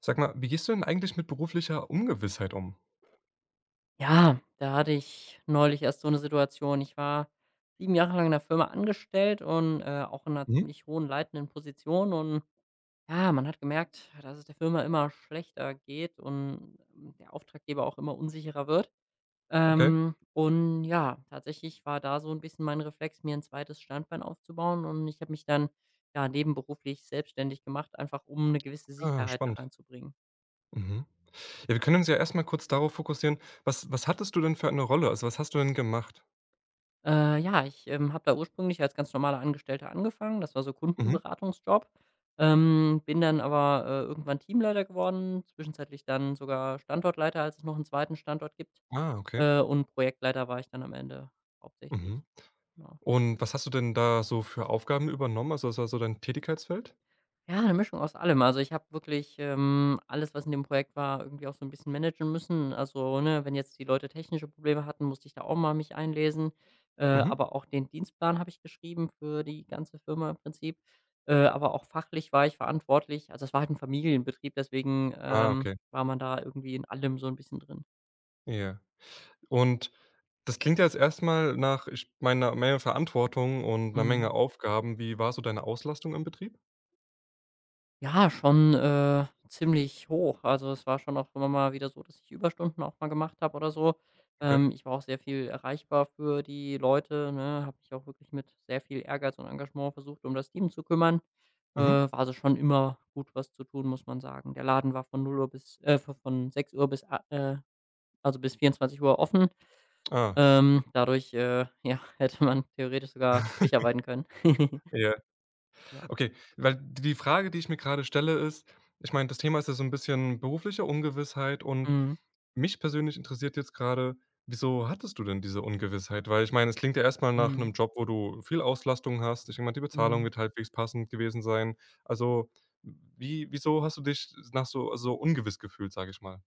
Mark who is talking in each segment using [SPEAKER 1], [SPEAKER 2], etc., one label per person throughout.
[SPEAKER 1] Sag mal, wie gehst du denn eigentlich mit beruflicher Ungewissheit um?
[SPEAKER 2] Ja, da hatte ich neulich erst so eine Situation. Ich war 7 Jahre lang in der Firma angestellt und, auch in einer
[SPEAKER 1] Mhm,
[SPEAKER 2] ziemlich hohen leitenden Position und ja, man hat gemerkt, dass es der Firma immer schlechter geht und der Auftraggeber auch immer unsicherer wird.
[SPEAKER 1] okay.
[SPEAKER 2] Und ja, tatsächlich war da so ein bisschen mein Reflex, mir ein zweites Standbein aufzubauen und ich habe mich dann, ja, nebenberuflich selbstständig gemacht, einfach um eine gewisse
[SPEAKER 1] Ah,
[SPEAKER 2] Sicherheit da
[SPEAKER 1] spannend.
[SPEAKER 2] reinzubringen.
[SPEAKER 1] Mhm. Ja, wir können uns ja erst mal kurz darauf fokussieren, was hattest du denn für eine Rolle? Also, was hast du denn gemacht?
[SPEAKER 2] Ja, ich, habe da ursprünglich als ganz normaler Angestellter angefangen. Das war so
[SPEAKER 1] Mhm.
[SPEAKER 2] Kundenberatungsjob. Bin dann aber, irgendwann Teamleiter geworden, zwischenzeitlich dann sogar Standortleiter, als es noch einen zweiten Standort gibt,
[SPEAKER 1] Ah, okay.
[SPEAKER 2] und Projektleiter war ich dann am Ende hauptsächlich.
[SPEAKER 1] Mhm.
[SPEAKER 2] Genau.
[SPEAKER 1] Und was hast du denn da so für Aufgaben übernommen? Also, was war so dein Tätigkeitsfeld?
[SPEAKER 2] Ja, eine Mischung aus allem. Also, ich habe wirklich, alles, was in dem Projekt war, irgendwie auch so ein bisschen managen müssen. Also, ne, wenn jetzt die Leute technische Probleme hatten, musste ich da auch mal mich einlesen.
[SPEAKER 1] Mhm.
[SPEAKER 2] Aber auch den Dienstplan habe ich geschrieben für die ganze Firma im Prinzip. Aber auch fachlich war ich verantwortlich. Also, es war halt ein Familienbetrieb, deswegen,
[SPEAKER 1] Ah, okay.
[SPEAKER 2] war man da irgendwie in allem so ein bisschen drin.
[SPEAKER 1] Ja. Und das klingt ja jetzt erst mal nach, ich meine, Menge Verantwortung und einer Menge
[SPEAKER 2] Mhm.
[SPEAKER 1] Aufgaben. Wie war so deine Auslastung im Betrieb?
[SPEAKER 2] Ja, schon, ziemlich hoch. Also, es war schon auch immer mal wieder so, dass ich Überstunden auch mal gemacht habe oder so.
[SPEAKER 1] Okay.
[SPEAKER 2] Ich war auch sehr viel erreichbar für die Leute, ne, habe mich auch wirklich mit sehr viel Ehrgeiz und Engagement versucht, um das Team zu kümmern.
[SPEAKER 1] Mhm.
[SPEAKER 2] War also schon immer gut was zu tun, muss man sagen. Der Laden war von 0 Uhr bis v von 6:00 bis a also, bis 24 Uhr offen.
[SPEAKER 1] Ah.
[SPEAKER 2] Dadurch, ja, hätte man theoretisch sogar durcharbeiten können.
[SPEAKER 1] Ja.
[SPEAKER 2] Ja.
[SPEAKER 1] Okay, weil die Frage, die ich mir gerade stelle, ist, ich meine, das Thema ist ja so ein bisschen berufliche Ungewissheit und
[SPEAKER 2] Mhm.
[SPEAKER 1] mich persönlich interessiert jetzt gerade, wieso hattest du denn diese Ungewissheit? Weil ich meine, es klingt ja erstmal nach
[SPEAKER 2] Mhm.
[SPEAKER 1] einem Job, wo du viel Auslastung hast. Ich denke mal, die Bezahlung
[SPEAKER 2] Mhm.
[SPEAKER 1] wird halbwegs passend gewesen sein. Also, wieso hast du dich nach so ungewiss gefühlt, sage ich mal?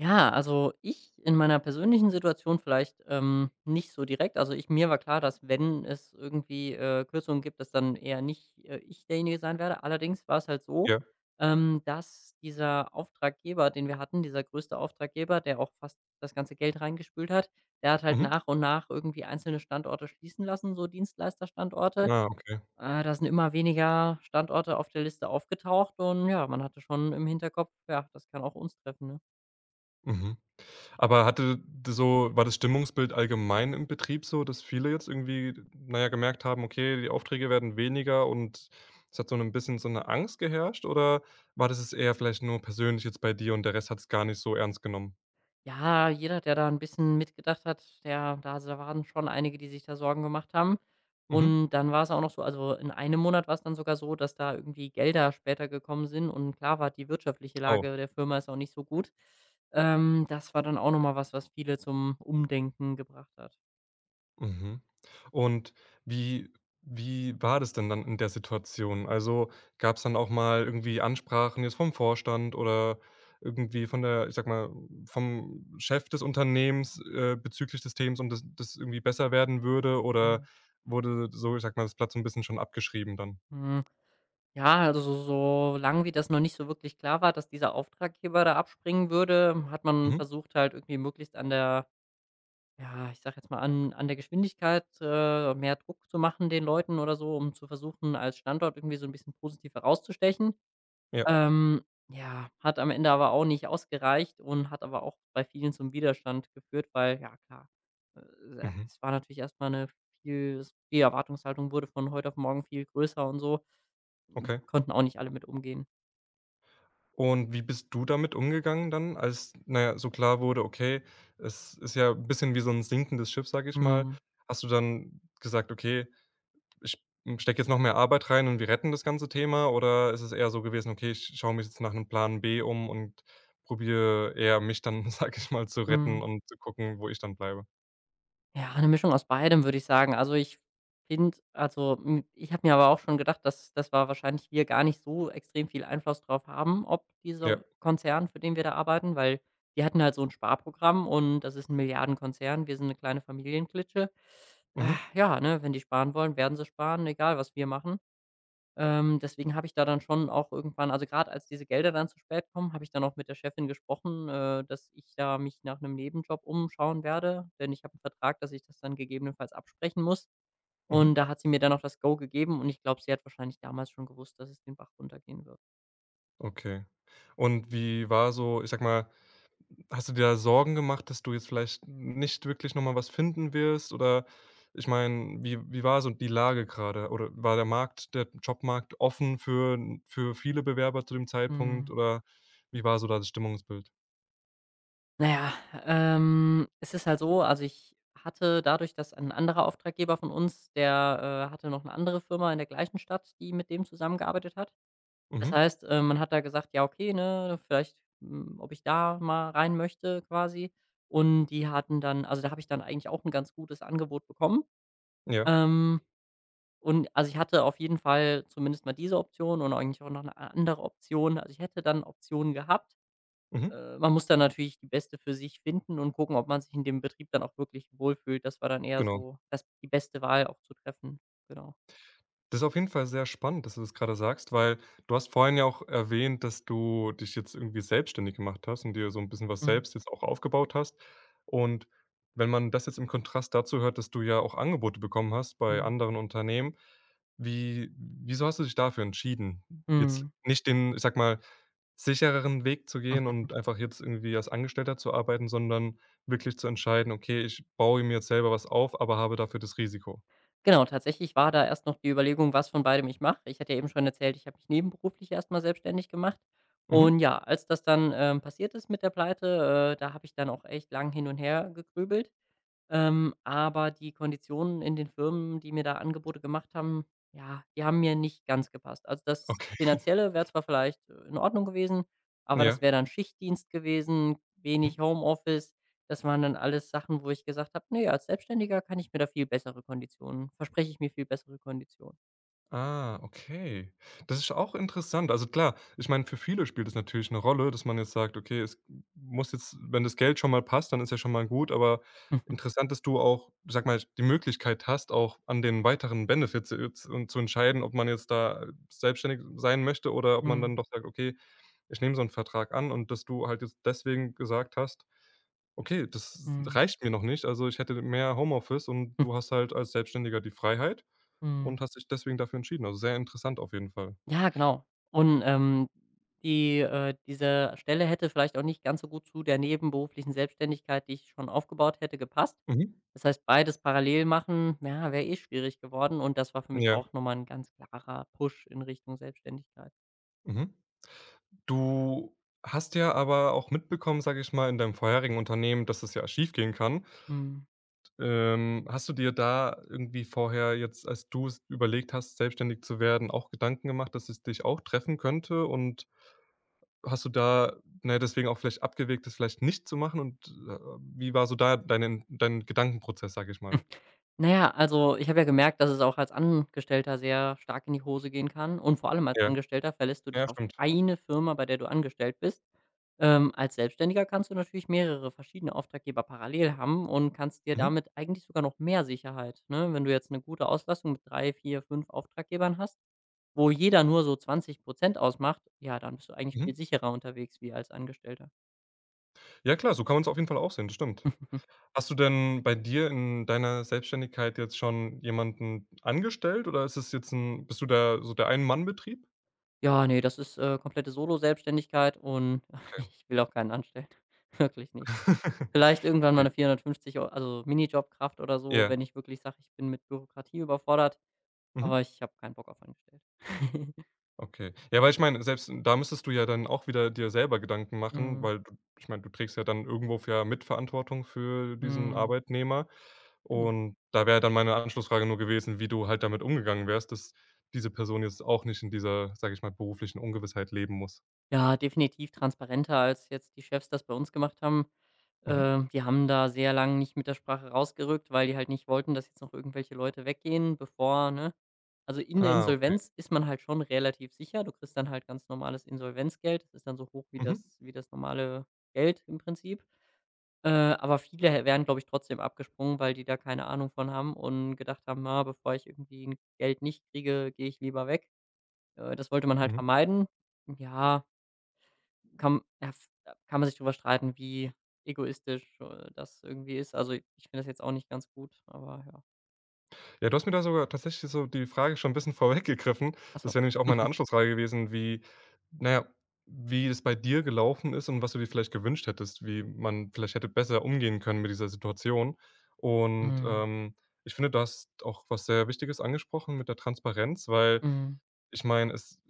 [SPEAKER 2] Ja, also ich in meiner persönlichen Situation vielleicht, nicht so direkt. Also, ich mir war klar, dass wenn es irgendwie, Kürzungen gibt, dass dann eher nicht, ich derjenige sein werde. Allerdings war es halt so,
[SPEAKER 1] Ja.
[SPEAKER 2] dass dieser Auftraggeber, den wir hatten, dieser größte Auftraggeber, der auch fast das ganze Geld reingespült hat, der hat halt
[SPEAKER 1] Mhm.
[SPEAKER 2] nach und nach irgendwie einzelne Standorte schließen lassen, so Dienstleisterstandorte.
[SPEAKER 1] Ah, okay.
[SPEAKER 2] Da sind immer weniger Standorte auf der Liste aufgetaucht und ja, man hatte schon im Hinterkopf, ja, das kann auch uns treffen, ne?
[SPEAKER 1] Mhm. Aber hatte, so war das Stimmungsbild allgemein im Betrieb so, dass viele jetzt irgendwie, naja, gemerkt haben: „Okay, die Aufträge werden weniger“ und es hat so ein bisschen so eine Angst geherrscht oder war das es eher vielleicht nur persönlich jetzt bei dir und der Rest hat es gar nicht so ernst genommen?
[SPEAKER 2] Ja, jeder, der da ein bisschen mitgedacht hat, der da s da waren schon einige, die sich da Sorgen gemacht haben.
[SPEAKER 1] Mhm.
[SPEAKER 2] Und dann war es auch noch so also, in einem Monat war es dann sogar so, dass da irgendwie Gelder später gekommen sind und klar war, die wirtschaftliche
[SPEAKER 1] Oh,
[SPEAKER 2] Lage der Firma ist auch nicht so gut. Das war dann auch noch mal was, was viele zum Umdenken gebracht hat.
[SPEAKER 1] mhm. Und wie wie war das denn dann in der Situation? Also, gab's dann auch mal irgendwie Ansprachen jetzt vom Vorstand oder irgendwie von der, ich sag mal, vom Chef des Unternehmens, bezüglich des Themas und dass das irgendwie besser werden würde oder
[SPEAKER 2] Mhm.
[SPEAKER 1] wurde so, ich sag mal, das Blatt so ein bisschen schon abgeschrieben dann?
[SPEAKER 2] Hm, ja, also, so lange wie das noch nicht so wirklich klar war, dass dieser Auftraggeber da abspringen würde, hat man
[SPEAKER 1] Mhm.
[SPEAKER 2] versucht, halt irgendwie möglichst an der Ja, ich sag jetzt mal, an der Geschwindigkeit, mehr Druck zu machen den Leuten oder so, um zu versuchen, als Standort irgendwie so ein bisschen positiv herauszustechen.
[SPEAKER 1] Ja.
[SPEAKER 2] Ja, hat am Ende aber auch nicht ausgereicht und hat aber auch bei vielen zum Widerstand geführt, weil ja klar,
[SPEAKER 1] Mhm.
[SPEAKER 2] es war natürlich erst mal 'ne viel die Erwartungshaltung wurde von heute auf morgen viel größer und so.
[SPEAKER 1] Okay.
[SPEAKER 2] Konnten auch nicht alle mit umgehen.
[SPEAKER 1] Und wie bist du damit umgegangen dann, als, naja, so klar wurde, okay, es ist ja ein bisschen wie so ein sinkendes Schiff, sag ich mal.
[SPEAKER 2] Mhm.
[SPEAKER 1] Hast du dann gesagt: „Okay, ich, stecke jetzt noch mehr Arbeit rein und wir retten das ganze Thema?“ Oder ist es eher so gewesen: „Okay, ich schaue mich jetzt nach einem Plan B um und probiere eher mich dann, sage ich mal, zu retten
[SPEAKER 2] Mhm.
[SPEAKER 1] und zu gucken, wo ich dann bleibe?“
[SPEAKER 2] Ja, eine Mischung aus beidem, würde ich sagen. Also, ich finde also, ich habe mir aber auch schon gedacht, dass das war wahrscheinlich wir gar nicht so extrem viel Einfluss drauf haben, ob
[SPEAKER 1] Ja.
[SPEAKER 2] dieser Konzern, für den wir da arbeiten, weil die hatten halt so ein Sparprogramm und das ist ein Milliardenkonzern. Wir sind eine kleine Familienklitsche.
[SPEAKER 1] Mhm.
[SPEAKER 2] Ah, ja, ne, wenn die sparen wollen, werden sie sparen, egal was wir machen. Deswegen habe ich da dann schon auch irgendwann also, gerade als diese Gelder dann zu spät kommen, habe ich dann auch mit der Chefin gesprochen, dass ich da mich nach einem Nebenjob umschauen werde, denn ich habe einen Vertrag, dass ich das dann gegebenenfalls absprechen muss.
[SPEAKER 1] Mhm.
[SPEAKER 2] Und da hat sie mir dann auch das Go gegeben und ich glaube, sie hat wahrscheinlich damals schon gewusst, dass es den Bach runtergehen wird.
[SPEAKER 1] Okay. Und wie war so, ich sag mal, hast du dir da Sorgen gemacht, dass du jetzt vielleicht nicht wirklich noch mal was finden wirst? Oder ich meine, wie war so die Lage gerade? Oder war der Markt, der Jobmarkt offen für viele Bewerber zu dem Zeitpunkt?
[SPEAKER 2] Mhm.
[SPEAKER 1] Oder wie war so da das Stimmungsbild?
[SPEAKER 2] Na ja, es ist halt so, also, ich hatte dadurch, dass ein anderer Auftraggeber von uns, der, hatte noch eine andere Firma in der gleichen Stadt, die mit dem zusammengearbeitet hat. Das
[SPEAKER 1] Mhm.
[SPEAKER 2] heißt, man hat da gesagt: „Ja, okay, ne, vielleicht, ob ich da mal rein möchte", quasi. Und die hatten dann also, da habe ich dann eigentlich auch ein ganz gutes Angebot bekommen.
[SPEAKER 1] Ja,
[SPEAKER 2] Ähm, und also, ich hatte auf jeden Fall zumindest mal diese Option und eigentlich auch noch eine andere Option. Also, ich hätte dann Optionen gehabt.
[SPEAKER 1] mhm,
[SPEAKER 2] Man muss dann natürlich die beste für sich finden und gucken, ob man sich in dem Betrieb dann auch wirklich wohlfühlt. Das war dann eher
[SPEAKER 1] genau.
[SPEAKER 2] so das die beste Wahl auch zu treffen. Genau.
[SPEAKER 1] Das ist auf jeden Fall sehr spannend, dass du das gerade sagst, weil du hast vorhin ja auch erwähnt, dass du dich jetzt irgendwie selbstständig gemacht hast und dir so ein bisschen was
[SPEAKER 2] Mhm.
[SPEAKER 1] selbst jetzt auch aufgebaut hast. Und wenn man das jetzt im Kontrast dazu hört, dass du ja auch Angebote bekommen hast bei
[SPEAKER 2] Mhm.
[SPEAKER 1] anderen Unternehmen, wieso hast du dich dafür entschieden, jetzt
[SPEAKER 2] Mhm.
[SPEAKER 1] nicht den, ich sag mal, sichereren Weg zu gehen und einfach jetzt irgendwie als Angestellter zu arbeiten, sondern wirklich zu entscheiden: „Okay, ich baue mir jetzt selber was auf, aber habe dafür das Risiko?“
[SPEAKER 2] Genau, tatsächlich war da erst noch die Überlegung, was von beidem ich mache. Ich hatte ja eben schon erzählt, ich habe mich nebenberuflich erst mal selbstständig gemacht. Und
[SPEAKER 1] Mhm.
[SPEAKER 2] ja, als das dann, passiert ist mit der Pleite, da habe ich dann auch echt lang hin und her gegrübelt. Aber die Konditionen in den Firmen, die mir da Angebote gemacht haben, ja, die haben mir nicht ganz gepasst. Also, das
[SPEAKER 1] Okay,
[SPEAKER 2] Finanzielle wäre zwar vielleicht, in Ordnung gewesen, aber
[SPEAKER 1] ja.
[SPEAKER 2] das wäre dann Schichtdienst gewesen,
[SPEAKER 1] Mhm.
[SPEAKER 2] wenig Homeoffice. Das waren dann alles Sachen, wo ich gesagt habe: „Ne, als Selbstständiger kann ich mir da viel bessere Konditionen verspreche ich mir viel bessere Konditionen."
[SPEAKER 1] Ah, okay. Das ist auch interessant. Also klar, ich meine, für viele spielt es natürlich eine Rolle, dass man jetzt sagt: „Okay, es muss jetzt, wenn das Geld schon mal passt, dann ist ja schon mal gut.“ Aber interessant, dass du auch, sag mal, die Möglichkeit hast, auch an den weiteren Benefits jetzt und zu entscheiden, ob man jetzt da selbstständig sein möchte oder ob man dann
[SPEAKER 2] Mhm.
[SPEAKER 1] doch sagt: „Okay, ich nehme so einen Vertrag an.“ Und dass du halt jetzt deswegen gesagt hast: Okay, das
[SPEAKER 2] Mhm.
[SPEAKER 1] reicht mir noch nicht. Also, ich hätte mehr Homeoffice und
[SPEAKER 2] Mhm.
[SPEAKER 1] du hast halt als Selbstständiger die Freiheit und hast dich deswegen dafür entschieden. Also, sehr interessant auf jeden Fall.
[SPEAKER 2] Ja, genau. Und, diese Stelle hätte vielleicht auch nicht ganz so gut zu der nebenberuflichen Selbstständigkeit, die ich schon aufgebaut hätte, gepasst.
[SPEAKER 1] Mhm.
[SPEAKER 2] Das heißt, beides parallel machen, ja, wäre eh schwierig geworden und das war für mich
[SPEAKER 1] Ja.
[SPEAKER 2] auch nochmal ein ganz klarer Push in Richtung Selbstständigkeit.
[SPEAKER 1] Mhm. Du hast ja aber auch mitbekommen, sage ich mal, in deinem vorherigen Unternehmen, dass es ja schiefgehen kann.
[SPEAKER 2] Mhm.
[SPEAKER 1] Hast du dir da irgendwie vorher jetzt, als du's überlegt hast, selbstständig zu werden, auch Gedanken gemacht, dass es dich auch treffen könnte und hast du da, ne, deswegen auch vielleicht abgewegt, das vielleicht nicht zu machen und, wie war so da dein Gedankenprozess, sag ich mal?
[SPEAKER 2] Na ja, also, ich habe ja gemerkt, dass es auch als Angestellter sehr stark in die Hose gehen kann und vor allem als
[SPEAKER 1] Ja,
[SPEAKER 2] Angestellter verlässt du
[SPEAKER 1] ja,
[SPEAKER 2] dich auf
[SPEAKER 1] stimmt.
[SPEAKER 2] eine Firma, bei der du angestellt bist. Als Selbstständiger kannst du natürlich mehrere verschiedene Auftraggeber parallel haben und kannst dir
[SPEAKER 1] Mhm,
[SPEAKER 2] damit eigentlich sogar noch mehr Sicherheit, ne? Wenn du jetzt eine gute Auslastung mit 3, 4, 5 Auftraggebern hast, wo jeder nur so 20 ausmacht, ja, dann bist du eigentlich
[SPEAKER 1] mhm.
[SPEAKER 2] viel sicherer unterwegs wie als Angestellter.
[SPEAKER 1] Ja klar, so kann man's auf jeden Fall auch sehen, das stimmt. Hast du denn bei dir in deiner Selbstständigkeit jetzt schon jemanden angestellt oder ist es jetzt ein, bist du da so der Ein-Mann-Betrieb?
[SPEAKER 2] Ja, ne, das ist, komplette Solo-Selbstständigkeit und
[SPEAKER 1] Okay.
[SPEAKER 2] ich will auch keinen anstellen, wirklich nicht. Vielleicht irgendwann mal
[SPEAKER 1] Okay.
[SPEAKER 2] eine 450 Euro, also Minijobkraft oder so,
[SPEAKER 1] Ja.
[SPEAKER 2] wenn ich wirklich sage, ich bin mit Bürokratie überfordert,
[SPEAKER 1] Mhm.
[SPEAKER 2] aber ich habe keinen Bock auf angestellt.
[SPEAKER 1] Okay. Ja, weil ich meine, selbst da müsstest du ja dann auch wieder dir selber Gedanken machen,
[SPEAKER 2] Mhm,
[SPEAKER 1] weil du, ich meine, du trägst ja dann irgendwo für, ja, Mitverantwortung für diesen
[SPEAKER 2] mhm.
[SPEAKER 1] Arbeitnehmer. Und da wäre dann meine Anschlussfrage nur gewesen, wie du halt damit umgegangen wärst, dass diese Person jetzt auch nicht in dieser, sage ich mal, beruflichen Ungewissheit leben muss.
[SPEAKER 2] Ja, definitiv transparenter, als jetzt die Chefs das bei uns gemacht haben.
[SPEAKER 1] Mhm.
[SPEAKER 2] Die haben da sehr lange nicht mit der Sprache rausgerückt, weil die halt nicht wollten, dass jetzt noch irgendwelche Leute weggehen, bevor, ne? Also in der
[SPEAKER 1] Ah, okay.
[SPEAKER 2] Insolvenz ist man halt schon relativ sicher. Du kriegst dann halt ganz normales Insolvenzgeld. Das ist dann so hoch wie
[SPEAKER 1] Mhm.
[SPEAKER 2] das, normale Geld im Prinzip. Aber viele wären, glaube ich, trotzdem abgesprungen, weil die da keine Ahnung von haben und gedacht haben, na, bevor ich irgendwie ein Geld nicht kriege, gehe ich lieber weg. Das wollte man halt
[SPEAKER 1] Mhm.
[SPEAKER 2] vermeiden. Ja, kann ja, f kann man sich drüber streiten, wie egoistisch, das irgendwie ist. Also, ich finde das jetzt auch nicht ganz gut, aber ja.
[SPEAKER 1] Ja, du hast mir da sogar tatsächlich so die Frage schon ein bisschen vorweggegriffen.
[SPEAKER 2] Ach
[SPEAKER 1] Das
[SPEAKER 2] so.
[SPEAKER 1] wäre nämlich auch meine Anschlussfrage gewesen, wie, naja, wie es bei dir gelaufen ist und was du dir vielleicht gewünscht hättest, wie man vielleicht hätte besser umgehen können mit dieser Situation. Und,
[SPEAKER 2] Mhm.
[SPEAKER 1] ich finde, du hast auch was sehr Wichtiges angesprochen mit der Transparenz, weil
[SPEAKER 2] Mhm.
[SPEAKER 1] ich meine, es,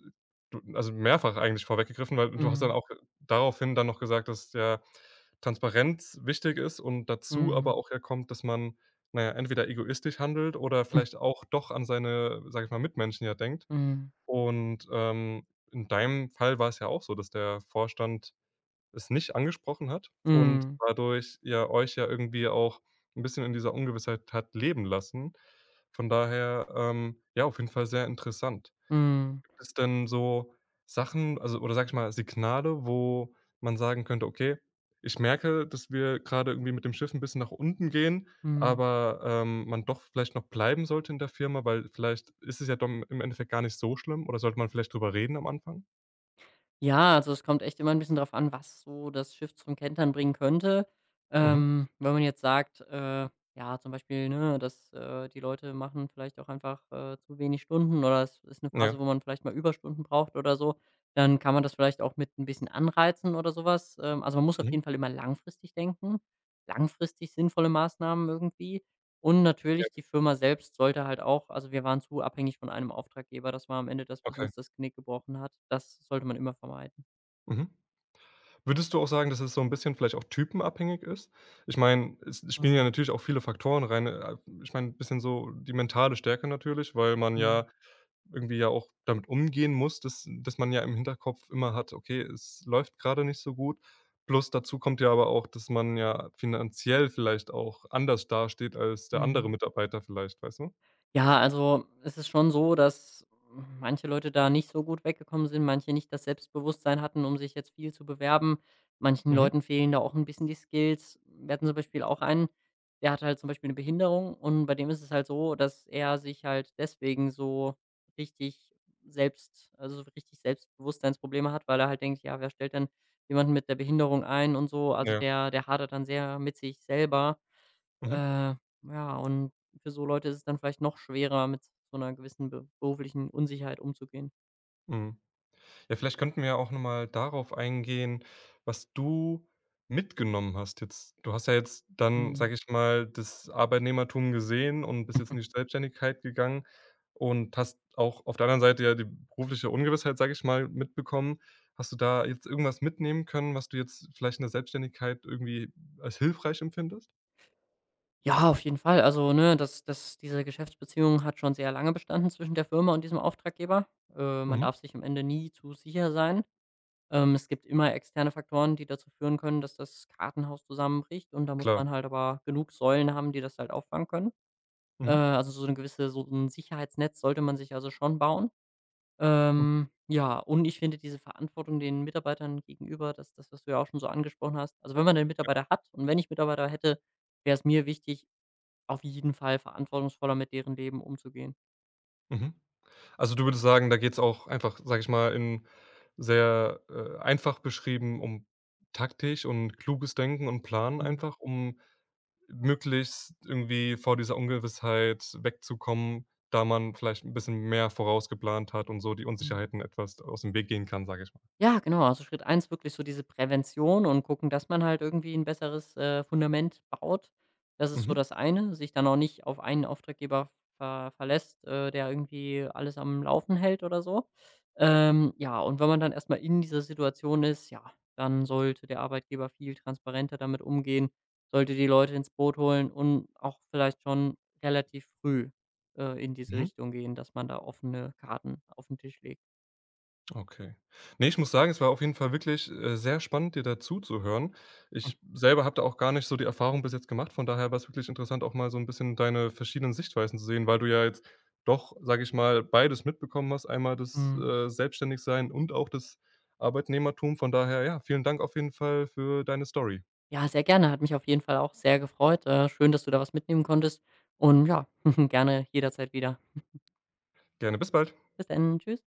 [SPEAKER 1] du also, mehrfach eigentlich vorweggegriffen, weil du hast dann
[SPEAKER 2] Mhm.
[SPEAKER 1] auch daraufhin dann noch gesagt, dass ja Transparenz wichtig ist und dazu aber
[SPEAKER 2] Mhm.
[SPEAKER 1] auch herkommt, dass man, na ja, entweder egoistisch handelt oder vielleicht auch doch an seine, sage ich mal, Mitmenschen ja denkt.
[SPEAKER 2] Mhm.
[SPEAKER 1] Und, in deinem Fall war's ja auch so, dass der Vorstand es nicht angesprochen hat und
[SPEAKER 2] Mhm.
[SPEAKER 1] dadurch ja euch ja irgendwie auch 'n bisschen in dieser Ungewissheit hat leben lassen. Von daher, ja, auf jeden Fall sehr interessant.
[SPEAKER 2] Mhm.
[SPEAKER 1] Gibt es denn so Sachen, also oder sag ich mal, Signale, wo man sagen könnte: „Okay, ich merke, dass wir gerade irgendwie mit dem Schiff ein bisschen nach unten gehen, aber, man doch vielleicht noch bleiben sollte in der Firma, weil vielleicht ist es ja dann im Endeffekt gar nicht so schlimm oder sollte man vielleicht drüber reden am Anfang?“
[SPEAKER 2] Ja, also es kommt echt immer ein bisschen drauf an, was so das Schiff zum Kentern bringen könnte.
[SPEAKER 1] Mhm.
[SPEAKER 2] Wenn man jetzt sagt, ja, zum Beispiel, ne, dass, die Leute machen vielleicht auch einfach, zu wenig Stunden oder es ist eine
[SPEAKER 1] Ja.
[SPEAKER 2] Phase, wo man vielleicht mal Überstunden braucht oder so, dann kann man das vielleicht auch mit ein bisschen anreizen oder sowas. Also man muss auf
[SPEAKER 1] Mhm.
[SPEAKER 2] jeden Fall immer langfristig denken, langfristig sinnvolle Maßnahmen irgendwie. Und
[SPEAKER 1] Ja,
[SPEAKER 2] natürlich die Firma selbst sollte halt auch also, wir waren zu abhängig von einem Auftraggeber. Das war am Ende das, was
[SPEAKER 1] okay.
[SPEAKER 2] uns das Genick gebrochen hat. Das sollte man immer vermeiden.
[SPEAKER 1] Mhm. Würdest du auch sagen, dass es so ein bisschen vielleicht auch typenabhängig ist? Ich meine, es spielen ja
[SPEAKER 2] Mhm,
[SPEAKER 1] natürlich auch viele Faktoren rein. Ich meine, ein bisschen so die mentale Stärke natürlich, weil man ja
[SPEAKER 2] mhm,
[SPEAKER 1] irgendwie ja auch damit umgehen muss, dass man ja im Hinterkopf immer hat: „Okay, es läuft gerade nicht so gut.“ Plus dazu kommt ja aber auch, dass man ja finanziell vielleicht auch anders dasteht als der andere
[SPEAKER 2] mhm.
[SPEAKER 1] Mitarbeiter vielleicht, weißt du?
[SPEAKER 2] Ja, also es ist schon so, dass manche Leute da nicht so gut weggekommen sind, manche nicht das Selbstbewusstsein hatten, um sich jetzt viel zu bewerben. Manchen
[SPEAKER 1] Mhm.
[SPEAKER 2] Leuten fehlen da auch ein bisschen die Skills. Wir hatten zum Beispiel auch einen, der hatte halt zum Beispiel eine Behinderung und bei dem ist es halt so, dass er sich halt deswegen so richtig selbst also so richtig Selbstbewusstseinsprobleme hat, weil er halt denkt: „Ja, wer stellt denn jemanden mit der Behinderung ein?" und so. Also
[SPEAKER 1] Ja.
[SPEAKER 2] der hadert dann sehr mit sich selber
[SPEAKER 1] Mhm.
[SPEAKER 2] äh, ja, und für so Leute ist es dann vielleicht noch schwerer, mit so einer gewissen be beruflichen Unsicherheit umzugehen.
[SPEAKER 1] Mhm. Ja, vielleicht könnten wir ja auch noch mal darauf eingehen, was du mitgenommen hast jetzt. Du hast ja jetzt dann,
[SPEAKER 2] Mhm.
[SPEAKER 1] sage ich mal, das Arbeitnehmertum gesehen und bist jetzt in die Selbstständigkeit gegangen und hast auch auf der anderen Seite ja die berufliche Ungewissheit, sage ich mal, mitbekommen. Hast du da jetzt irgendwas mitnehmen können, was du jetzt vielleicht in der Selbstständigkeit irgendwie als hilfreich empfindest?
[SPEAKER 2] Ja, auf jeden Fall. Also, ne, das das diese Geschäftsbeziehung hat schon sehr lange bestanden zwischen der Firma und diesem Auftraggeber. Man
[SPEAKER 1] Mhm,
[SPEAKER 2] darf sich am Ende nie zu sicher sein. Es gibt immer externe Faktoren, die dazu führen können, dass das Kartenhaus zusammenbricht und da muss
[SPEAKER 1] klar.
[SPEAKER 2] man halt aber genug Säulen haben, die das halt auffangen können.
[SPEAKER 1] Mhm,
[SPEAKER 2] Also so eine gewisse so ein Sicherheitsnetz sollte man sich also schon bauen.
[SPEAKER 1] mhm,
[SPEAKER 2] Ja, und ich finde diese Verantwortung den Mitarbeitern gegenüber, das das, was du ja auch schon so angesprochen hast also, wenn man den Mitarbeiter hat und wenn ich Mitarbeiter hätte, wäre es mir wichtig, auf jeden Fall verantwortungsvoller mit deren Leben umzugehen.
[SPEAKER 1] mhm. Also, du würdest sagen, da geht's auch einfach, sage ich mal, in sehr, einfach beschrieben um taktisch und kluges Denken und Planen
[SPEAKER 2] Mhm.
[SPEAKER 1] einfach, um möglichst irgendwie vor dieser Ungewissheit wegzukommen, da man vielleicht ein bisschen mehr vorausgeplant hat und so die Unsicherheiten etwas aus dem Weg gehen kann, sage ich
[SPEAKER 2] Ja, genau. Also Schritt eins wirklich so diese Prävention und gucken, dass man halt irgendwie ein besseres, Fundament baut. Das ist so
[SPEAKER 1] mal.
[SPEAKER 2] das eine, sich dann auch nicht auf einen Auftraggeber verlässt, der irgendwie alles am Laufen hält oder so. Ja, und wenn man dann erstmal in dieser Situation ist, ja, dann sollte der Arbeitgeber viel transparenter damit umgehen, sollte die Leute ins Boot holen und auch vielleicht schon relativ früh, in diese
[SPEAKER 1] Mhm.
[SPEAKER 2] Richtung gehen, dass man da offene Karten auf den Tisch legt.
[SPEAKER 1] Okay. Ne, ich muss sagen, es war auf jeden Fall wirklich, sehr spannend, dir dazu zu hören. Ich selber habe da auch gar nicht so die Erfahrung bis jetzt gemacht, von daher war es wirklich interessant, auch mal so ein bisschen deine verschiedenen Sichtweisen zu sehen, weil du ja jetzt doch, sage ich mal, beides mitbekommen hast, einmal das,
[SPEAKER 2] Mhm.
[SPEAKER 1] Selbstständigsein und auch das Arbeitnehmertum. Von daher, ja, vielen Dank auf jeden Fall für deine Story.
[SPEAKER 2] Ja, sehr gerne. Hat mich auf jeden Fall auch sehr gefreut. Schön, dass du da was mitnehmen konntest. Und ja, gerne jederzeit wieder.
[SPEAKER 1] Gerne, bis bald.
[SPEAKER 2] Bis dann. Tschüss.